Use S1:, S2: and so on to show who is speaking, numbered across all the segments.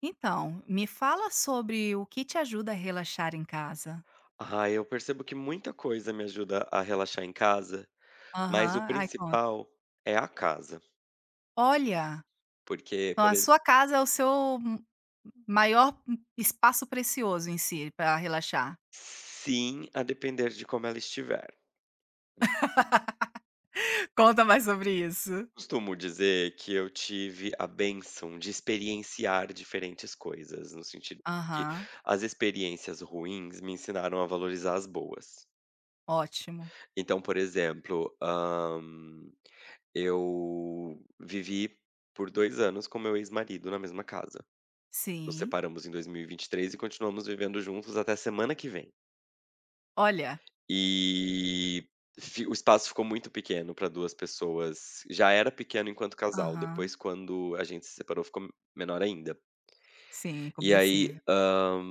S1: Então, me fala sobre o que te ajuda a relaxar em casa.
S2: Ah, eu percebo que muita coisa me ajuda a relaxar em casa, mas o
S1: Aham, ai conta.
S2: principal é a casa,
S1: Olha,
S2: porque
S1: então
S2: por
S1: a
S2: ex
S1: sua casa é o seu m maior espaço precioso em si para relaxar.
S2: sim, a depender de como ela estiver.
S1: Conta mais sobre isso.
S2: Costumo dizer que eu tive a bênção de experienciar diferentes coisas, no sentido de que
S1: Aham,
S2: as experiências ruins me ensinaram a valorizar as boas.
S1: ótimo.
S2: Então, por exemplo, eu vivi por 2 anos com meu ex-marido na mesma casa. Nos
S1: Sim,
S2: separamos em dois mil e vinte e três e continuamos vivendo juntos até semana que vem.
S1: olha,
S2: E fi o espaço ficou muito pequeno para 2 pessoas. Já era pequeno enquanto casal,
S1: aham,
S2: depois quando a gente se separou ficou menor ainda.
S1: sim,
S2: E
S1: compreensível.
S2: aí,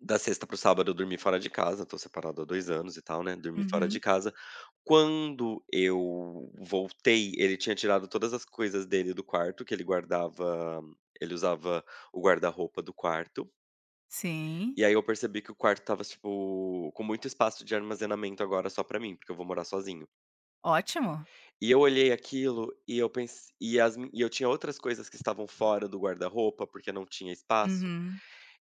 S2: da sexta para o sábado eu dormi fora de casa, tô separado há 2 anos e tal, né, dormi fora de
S1: Uhum,
S2: casa. Quando eu voltei, ele tinha tirado todas as coisas dele do quarto, que ele usava o guarda-roupa do quarto.
S1: sim,
S2: E aí eu percebi que o quarto tava tipo, com muito espaço de armazenamento agora só pra mim, porque eu vou morar sozinho.
S1: ótimo.
S2: E eu olhei aquilo e eu pens e as mi e eu tinha outras coisas que estavam fora do guarda-roupa, porque não tinha espaço.
S1: Uhum.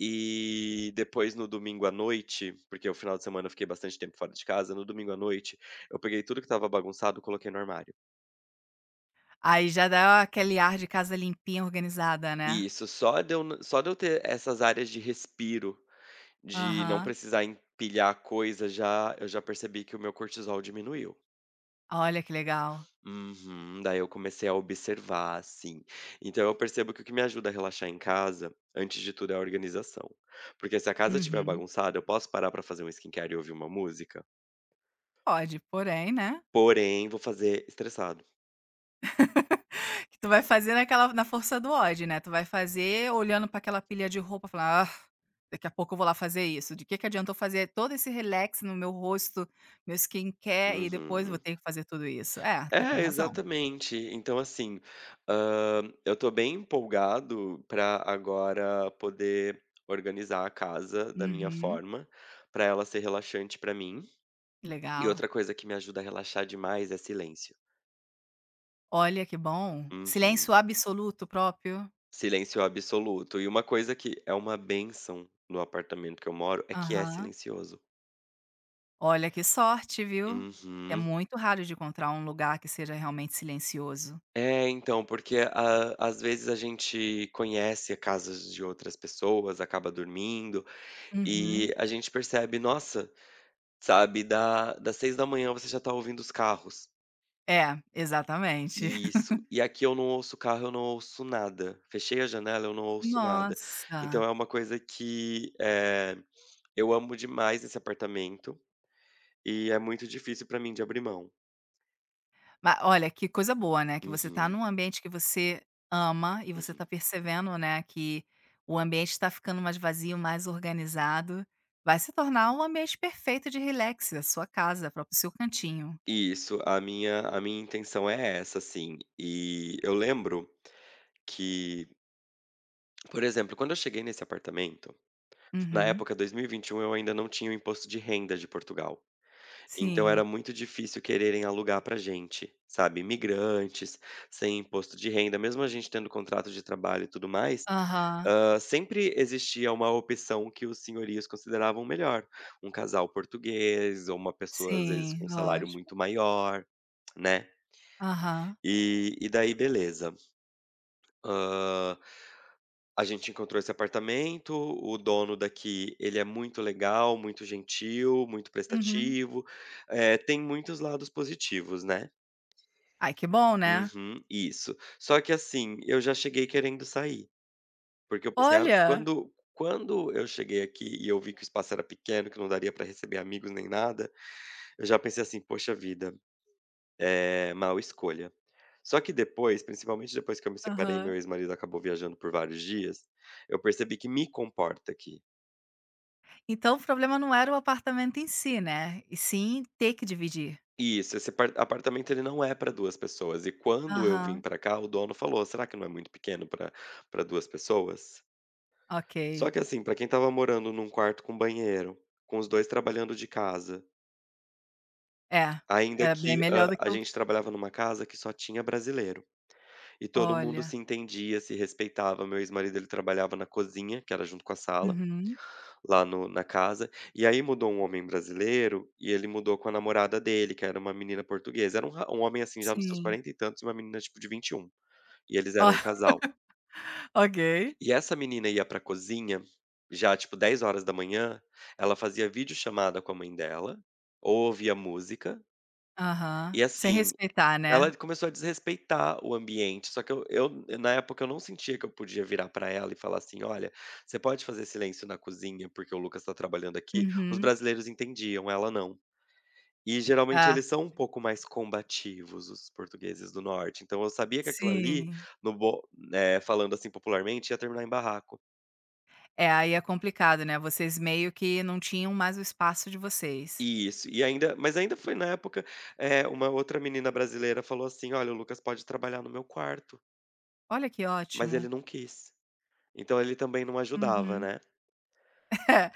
S2: E depois no domingo à noite, porque o final de semana eu fiquei bastante tempo fora de casa, no domingo à noite, eu peguei tudo que estava bagunçado, e coloquei no armário.
S1: Aí já dá aquele ar de casa limpinha, organizada, né.
S2: E isso só de eu ter essas áreas de respiro, de não
S1: Aham,
S2: precisar empilhar coisa já eu já percebi que o meu cortisol diminuiu.
S1: olha que legal.
S2: Uhum. Daí eu comecei a observar, assim. Então eu percebo que o que me ajuda a relaxar em casa, antes de tudo, é a organização. Porque se a casa estiver
S1: Uhum.
S2: bagunçada, eu posso parar pra fazer um skincare e ouvir uma música,
S1: Pode, porém, né,
S2: porém vou fazer estressado.
S1: que tu vai fazer naquela na força do ódio, né, tu vai fazer olhando pra aquela pilha de roupa, falando: "Ah, daqui a pouco eu vou lá fazer isso, de que adiantou fazer todo esse relax no meu rosto, meu skincare e depois vou
S2: Uhum.
S1: ter que fazer tudo isso". É, tu tem
S2: É,
S1: razão.
S2: exatamente. Então, assim, eu tô bem empolgado pra agora poder organizar a casa da minha
S1: Uhum,
S2: forma, pra ela ser relaxante pra mim. E
S1: legal.
S2: outra coisa que me ajuda a relaxar demais é silêncio.
S1: Olha que bom.
S2: Uhum.
S1: Silêncio absoluto próprio.
S2: Silêncio absoluto. E uma coisa que é uma benção no apartamento que eu moro é que é
S1: Aham.
S2: silencioso.
S1: Olha que sorte, viu. É
S2: Uhum.
S1: muito raro de encontrar um lugar que seja realmente silencioso.
S2: É, então, porque às vezes a gente conhece a casas de outras pessoas, acaba dormindo,
S1: Uhum.
S2: e a gente percebe, nossa, sabe, da, das 6 da manhã você já tá ouvindo os carros.
S1: É, exatamente.
S2: E isso. E aqui eu não ouço carro, eu não ouço nada. Fechei a janela, eu não ouço nada. Então
S1: Nossa.
S2: é uma coisa que é, eu amo demais esse apartamento. E é muito difícil pra mim de abrir mão.
S1: Mas olha, que coisa boa, né, que você tá
S2: Uhum,
S1: num ambiente que você ama e você tá
S2: uhum.
S1: percebendo, né, que o ambiente está ficando mais vazio, mais organizado. Vai se tornar um ambiente perfeito de relax, a sua casa, para o próprio seu cantinho.
S2: Isso, a minha intenção é essa, assim. E eu lembro que, por exemplo, quando eu cheguei nesse apartamento, na
S1: Uhum.
S2: época 2021 eu ainda não tinha o imposto de renda de Portugal. Então era
S1: Sim.
S2: muito difícil quererem alugar pra gente, sabe, imigrantes, sem imposto de renda, mesmo a gente tendo contrato de trabalho e tudo mais.
S1: Aham.
S2: Sempre existia uma opção que os senhorios consideravam melhor, um casal português ou uma pessoa, às vezes,
S1: Sim,
S2: com um salário
S1: lógico.
S2: muito maior, né.
S1: Aham.
S2: E daí beleza. Hã, a gente encontrou esse apartamento, o dono daqui, ele é muito legal, muito gentil, muito
S1: Uhum.
S2: prestativo, tem muitos lados positivos, né.
S1: Ai, que bom, né.
S2: Uhum, isso. Só que assim, eu já cheguei querendo sair. Porque eu pensei: "Ah",
S1: Olha!
S2: quando eu cheguei aqui e eu vi que o espaço era pequeno, que não daria para receber amigos nem nada, eu já pensei assim: "Poxa vida, é mal escolha". Só que depois, principalmente depois que eu me separei e
S1: Aham.
S2: meu ex-marido acabou viajando por vários dias, eu percebi que me comporta aqui.
S1: Então o problema não era o apartamento em si, né, e sim ter que dividir.
S2: Isso, esse apartamento ele não é para 2 pessoas e quando eu vim
S1: Aham.
S2: para cá, o dono falou: "Será que não é muito pequeno para 2 pessoas?".
S1: Ok.
S2: Só que assim, para quem estava morando num quarto com banheiro, com os 2 trabalhando de casa.
S1: É,
S2: Ainda
S1: é, bem
S2: que,
S1: melhor do que
S2: a
S1: o que
S2: gente trabalhava numa casa que só tinha brasileiro, e todo mundo
S1: olha.
S2: se entendia, se respeitava. Meu ex-marido, ele trabalhava na cozinha, que era junto com a sala,
S1: Uhum,
S2: lá no na casa, e aí mudou um homem brasileiro, e ele mudou com a namorada dele, que era uma menina portuguesa. Era um ra um homem, assim, já nos seus
S1: sim.
S2: 40 e tantos, e uma menina, tipo, de 21. E eles
S1: Ó,
S2: eram um casal.
S1: ok.
S2: E essa menina ia pra cozinha, já, tipo, 10 horas da manhã. Ela fazia videochamada com a mãe dela, ou ouvia música,
S1: Aham.
S2: e
S1: Sem
S2: assim,
S1: respeitar, né.
S2: ela começou a desrespeitar o ambiente, só que eu na época eu não sentia que eu podia virar pra ela e falar assim: "Olha, você pode fazer silêncio na cozinha, porque o Lucas tá trabalhando aqui". Os
S1: Uhum.
S2: brasileiros entendiam, ela não. E geralmente
S1: Ah,
S2: eles são um pouco mais combativos, os portugueses do norte, então eu sabia que aquilo ali,
S1: sim.
S2: no bo eh, falando assim popularmente, ia terminar em barraco.
S1: É, aí é complicado, né, vocês meio que não tinham mais o espaço de vocês.
S2: Isso, e ainda mas ainda foi na época, uma outra menina brasileira falou assim: "Olha, o Lucas pode trabalhar no meu quarto",
S1: Olha que
S2: mas ele
S1: ótimo.
S2: não quis. Então ele também não ajudava,
S1: Uhum.
S2: né.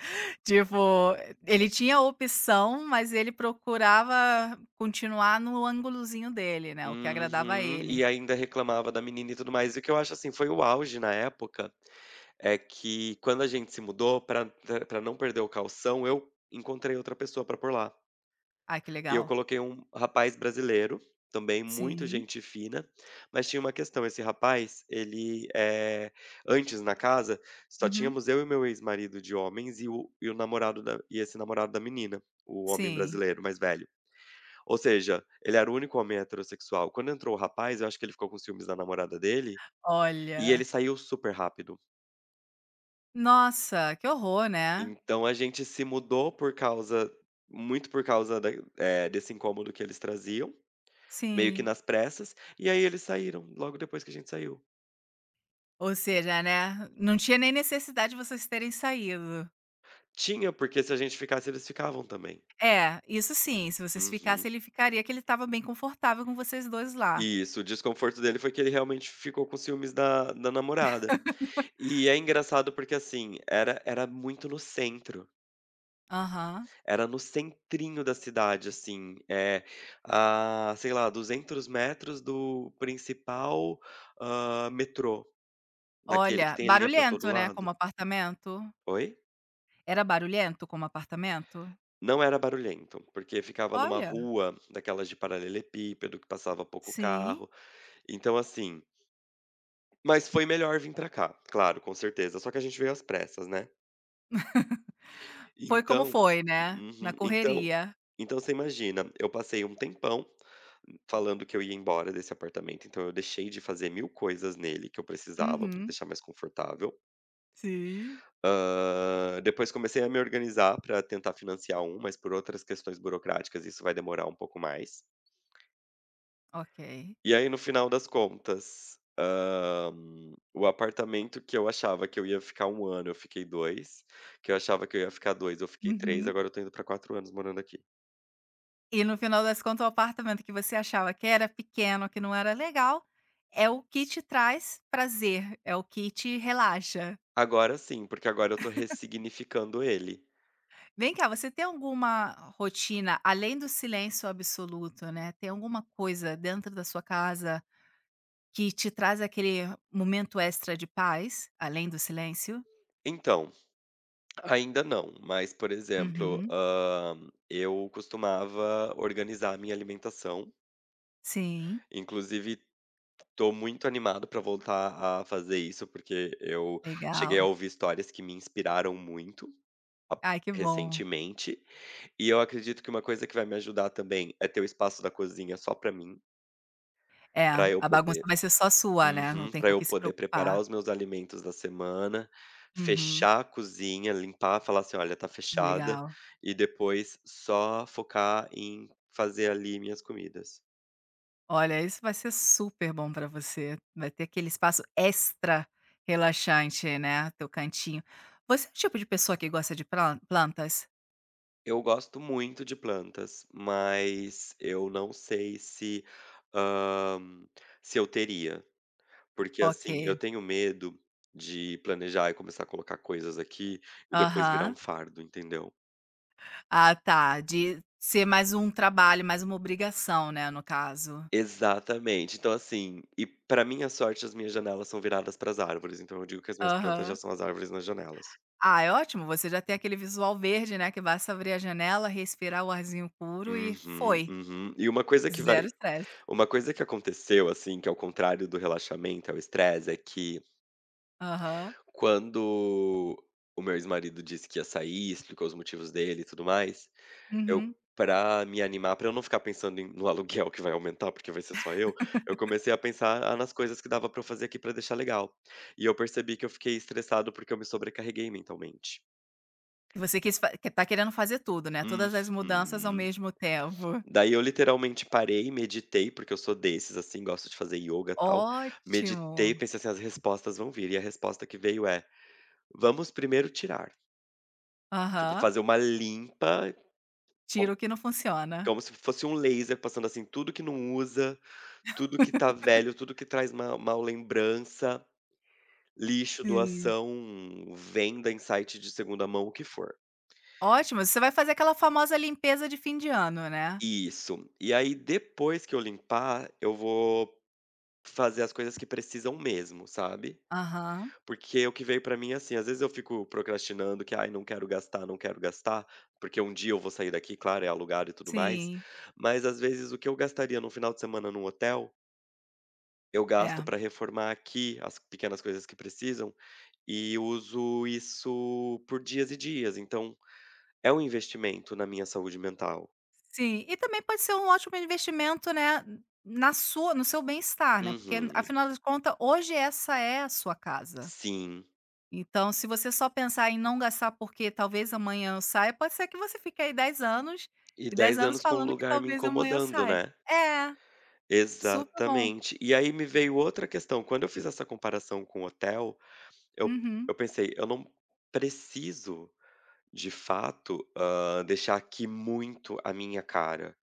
S1: Tipo, ele tinha opção, mas ele procurava continuar no ângulozinho dele, né, o que agradava a
S2: Uhum.
S1: ele.
S2: E ainda reclamava da menina e tudo mais. E o que eu acho, assim, foi o auge na época, é que quando a gente se mudou, pra não perder o calção, eu encontrei outra pessoa pra por lá.
S1: Ah, que
S2: E eu
S1: legal.
S2: coloquei um rapaz brasileiro, também muito
S1: Sim.
S2: gente fina, mas tinha uma questão, esse rapaz, ele, é antes na casa, só
S1: Uhum.
S2: tínhamos eu e meu ex-marido de homens e esse namorado da menina, o homem
S1: Sim.
S2: brasileiro mais velho. Ou seja, ele era o único homem heterossexual. Quando entrou o rapaz, eu acho que ele ficou com ciúmes da namorada dele, e ele
S1: Olha.
S2: saiu super rápido.
S1: Nossa, que horror, né.
S2: Então a gente se mudou por causa muito por causa desse incômodo que eles traziam, meio que
S1: Sim.
S2: nas pressas, e aí eles saíram logo depois que a gente saiu.
S1: Ou seja, né, não tinha nem necessidade de vocês terem saído.
S2: Tinha, porque se a gente ficasse, eles ficavam também.
S1: É, isso sim, se vocês
S2: Uhum.
S1: ficassem, ele ficaria, que ele estava bem confortável com vocês dois lá.
S2: Isso, o desconforto dele foi que ele realmente ficou com ciúmes da namorada. E é engraçado porque, assim, era muito no centro.
S1: Aham.
S2: Era no centrinho da cidade, assim, é, a, sei lá, 200 metros do principal, metrô, daquele que
S1: Olha,
S2: tem linha pra todo
S1: barulhento, né, como
S2: lado.
S1: apartamento?
S2: Oi?
S1: Era barulhento como apartamento?
S2: Não era barulhento, porque ficava numa
S1: Olha,
S2: rua daquelas de paralelepípedo, que passava pouco
S1: sim.
S2: carro, então assim, mas foi melhor vir pra cá, claro, com certeza, só que a gente veio às pressas, né.
S1: Foi como
S2: Então,
S1: foi, né, na
S2: uhum, então,
S1: correria.
S2: você imagina, eu passei um tempão falando que eu ia embora desse apartamento, então eu deixei de fazer mil coisas nele que eu precisava para
S1: Uhum.
S2: deixar mais confortável.
S1: Sim.
S2: Depois comecei a me organizar para tentar financiar um, mas por outras questões burocráticas isso vai demorar um pouco mais.
S1: Ok.
S2: E aí no final das contas, o apartamento que eu achava que eu ia ficar um ano, eu fiquei 2, que eu achava que eu ia ficar 2, eu fiquei 3.
S1: Uhum.
S2: Agora eu tô indo pra 4 anos morando aqui.
S1: E no final das contas, o apartamento que você achava que era pequeno, que não era legal, é o que te traz prazer, é o que te relaxa.
S2: Agora sim, porque agora eu tô ressignificando ele.
S1: Vem cá, você tem alguma rotina, além do silêncio absoluto, né? Tem alguma coisa dentro da sua casa que te traz aquele momento extra de paz, além do silêncio?
S2: Então, ainda não, mas, por exemplo,
S1: Uhum.
S2: eu costumava organizar a minha alimentação,
S1: Sim,
S2: inclusive estou muito animado para voltar a fazer isso, porque eu cheguei a
S1: legal.
S2: ouvir histórias que me inspiraram muito a
S1: Ai, que bom.
S2: recentemente, e eu acredito que uma coisa que vai me ajudar também é ter o espaço da cozinha só para mim,
S1: É,
S2: para eu
S1: a bagunça
S2: poder.
S1: vai ser só sua, né? Não
S2: Uhum,
S1: tem
S2: pra
S1: com o
S2: eu
S1: que se
S2: poder preparar
S1: preocupar.
S2: os meus alimentos da semana,
S1: Uhum,
S2: fechar a cozinha, limpar, falar assim: "Olha, tá fechada",
S1: legal.
S2: e depois só focar em fazer ali minhas comidas.
S1: Olha, isso vai ser super bom para você. Vai ter aquele espaço extra relaxante, né, teu cantinho. Você é o tipo de pessoa que gosta de plantas?
S2: Eu gosto muito de plantas, mas eu não sei se, hã, se eu teria, porque, assim, eu
S1: Ok.
S2: tenho medo de planejar e começar a colocar coisas aqui e depois virar um
S1: Aham.
S2: fardo, entendeu?
S1: Ah, tá, de ser mais um trabalho, mais uma obrigação, né, no caso.
S2: Exatamente. Então, assim, e pra minha sorte as minhas janelas são viradas para as árvores, então eu digo que as minhas plantas já
S1: Aham.
S2: são as árvores nas janelas.
S1: Ah, é ótimo, você já tem aquele visual verde, né, que basta abrir a janela, respirar o arzinho puro e
S2: Uhum,
S1: foi.
S2: uhum. E uma coisa que
S1: Zero
S2: vai,
S1: estresse.
S2: uma coisa que aconteceu, assim, que ao contrário do relaxamento, é o estresse, é que
S1: Aham.
S2: quando o meu ex-marido disse que ia sair, explicou os motivos dele e tudo mais, eu,
S1: Uhum.
S2: para me animar, para eu não ficar pensando no aluguel que vai aumentar, porque vai ser só eu comecei a pensar, ah, nas coisas que dava para eu fazer aqui para deixar legal. E eu percebi que eu fiquei estressado, porque eu me sobrecarreguei mentalmente.
S1: Você quis fa que tá querendo fazer tudo, né, todas as mudanças ao
S2: Uhum.
S1: mesmo tempo.
S2: Daí eu literalmente parei, meditei, porque eu sou desses, assim, gosto de fazer yoga, e tal. Meditei,
S1: Ótimo.
S2: pensei assim: "As respostas vão vir", e a resposta que veio é: "Vamos primeiro tirar". Tipo,
S1: Aham.
S2: fazer uma limpa, como
S1: Tira o que não funciona.
S2: como se fosse um laser passando, assim, tudo que não usa. Tudo que tá velho, tudo que traz ma mal lembrança, lixo,
S1: Sim.
S2: doação, venda em site de segunda mão, o que for.
S1: Ótimo, você vai fazer aquela famosa limpeza de fim de ano, né.
S2: Isso. E aí depois que eu limpar, eu vou fazer as coisas que precisam mesmo, sabe.
S1: Aham.
S2: Porque o que veio pra mim, é assim, às vezes eu fico procrastinando que: "Ai, não quero gastar, não quero gastar", porque um dia eu vou sair daqui, claro, é alugado e tudo mais,
S1: Sim.
S2: mas às vezes o que eu gastaria num final de semana num hotel, eu gasto
S1: É.
S2: pra reformar aqui as pequenas coisas que precisam. E uso isso por dias e dias, então é um investimento na minha saúde mental.
S1: Sim, e também pode ser um ótimo investimento, né, na sua no seu bem-estar, né, porque
S2: Uhum,
S1: afinal de contas, hoje essa é a sua casa.
S2: sim.
S1: Então se você só pensar em não gastar porque talvez amanhã eu saia, pode ser que você fique aí 10 anos,
S2: E
S1: e 10
S2: dez
S1: anos
S2: anos com o
S1: falando que
S2: lugar me
S1: talvez amanhã eu
S2: incomodando,
S1: saia.
S2: né.
S1: É, super bom.
S2: Exatamente. E aí me veio outra questão, quando eu fiz essa comparação com o hotel, eu
S1: Uhum.
S2: eu pensei: "Eu não preciso, de fato, deixar aqui muito a minha cara.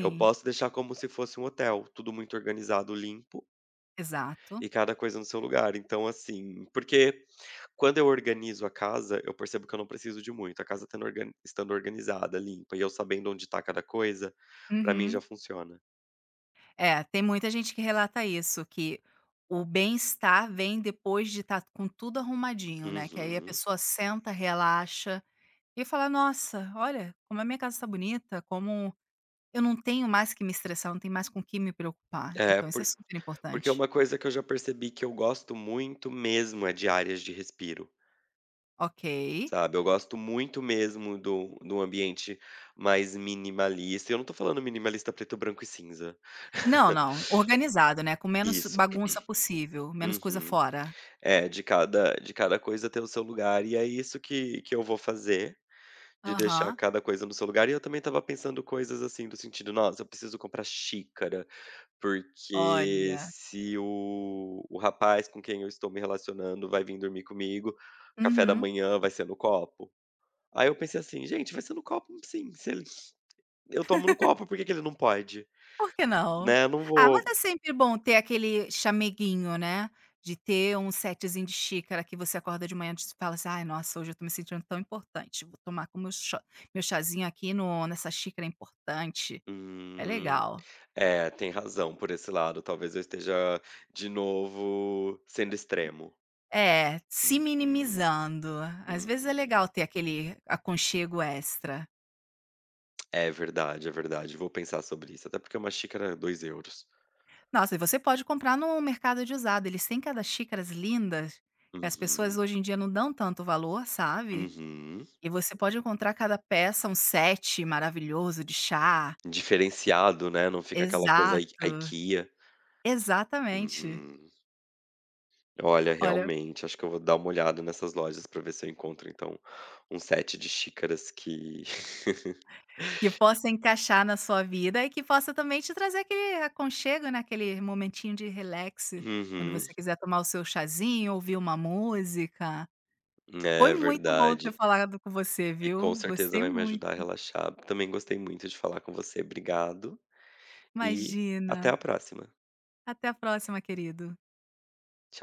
S2: Eu posso deixar como se fosse um hotel, tudo muito organizado, limpo".
S1: Exato.
S2: E cada coisa no seu lugar. Então, assim, porque quando eu organizo a casa, eu percebo que eu não preciso de muito. A casa tendo estando organizada, limpa, e eu sabendo onde tá cada coisa, pra mim já
S1: Uhum.
S2: funciona.
S1: É, tem muita gente que relata isso, que o bem-estar vem depois de estar com tudo arrumadinho, né, que aí a
S2: Uhum.
S1: pessoa senta, relaxa e fala: "Nossa, olha como a minha casa está bonita, como eu não tenho mais que me estressar, não tenho mais com o que me preocupar".
S2: É,
S1: Então isso é
S2: por-
S1: super
S2: porque é
S1: importante.
S2: uma coisa que eu já percebi que eu gosto muito mesmo é de áreas de respiro,
S1: Ok.
S2: sabe? Eu gosto muito mesmo do ambiente mais minimalista. Eu não tô falando minimalista preto, branco e cinza.
S1: Não, não, organizado, né, com menos
S2: Isso.
S1: bagunça possível, menos coisa
S2: Uhum.
S1: fora.
S2: É, de cada coisa ter o seu lugar, e é isso que eu vou fazer, de deixar
S1: Aham.
S2: cada coisa no seu lugar. E eu também estava pensando coisas assim, do sentido: "Nossa, eu preciso comprar xícara, porque
S1: Olha.
S2: se o rapaz com quem eu estou me relacionando vai vir dormir comigo, café da
S1: Uhum.
S2: manhã vai ser no copo". Aí eu pensei assim: "Gente, vai ser no copo sim, se ele eu tomo no copo, por que que ele não pode?",
S1: Por que não?
S2: né, eu não
S1: Ah, mas é
S2: vou
S1: sempre bom ter aquele chameguinho, né, de ter um setzinho de xícara que você acorda de manhã e fala assim: "Ai, nossa, hoje eu tô me sentindo tão importante, vou tomar com meu chá meu chazinho aqui no nessa xícara importante". É
S2: hum.
S1: legal.
S2: É, tem razão por esse lado, talvez eu esteja de novo sendo extremo.
S1: É, se
S2: Uhum,
S1: minimizando. Às
S2: uhum.
S1: vezes é legal ter aquele aconchego extra.
S2: É verdade, vou pensar sobre isso, até porque uma xícara é 2 euros.
S1: Nossa, e você pode comprar no mercado de usado, eles têm cada xícaras lindas, que as pessoas
S2: Uhum,
S1: hoje em dia não dão tanto valor, sabe.
S2: uhum.
S1: E você pode encontrar cada peça um set maravilhoso de chá.
S2: Diferenciado, né, não fica aquela coisa ai
S1: Exato,
S2: IKEA.
S1: exatamente.
S2: Uhum. Olha,
S1: Olha,
S2: realmente, acho que eu vou dar uma olhada nessas lojas para ver se eu encontro então um set de xícaras que
S1: que possa encaixar na sua vida e que possa também te trazer aquele aconchego, né, aquele momentinho de relax, quando
S2: Uhum,
S1: você quiser tomar o seu chazinho, ouvir uma música. Foi
S2: é
S1: muito bom ter
S2: verdade.
S1: falado com você,
S2: E com
S1: viu.
S2: certeza
S1: Gostei
S2: vai me
S1: muito.
S2: ajudar a relaxar. Também gostei muito de falar com você. Obrigado e até
S1: Imagina.
S2: a próxima.
S1: Até a próxima, querido.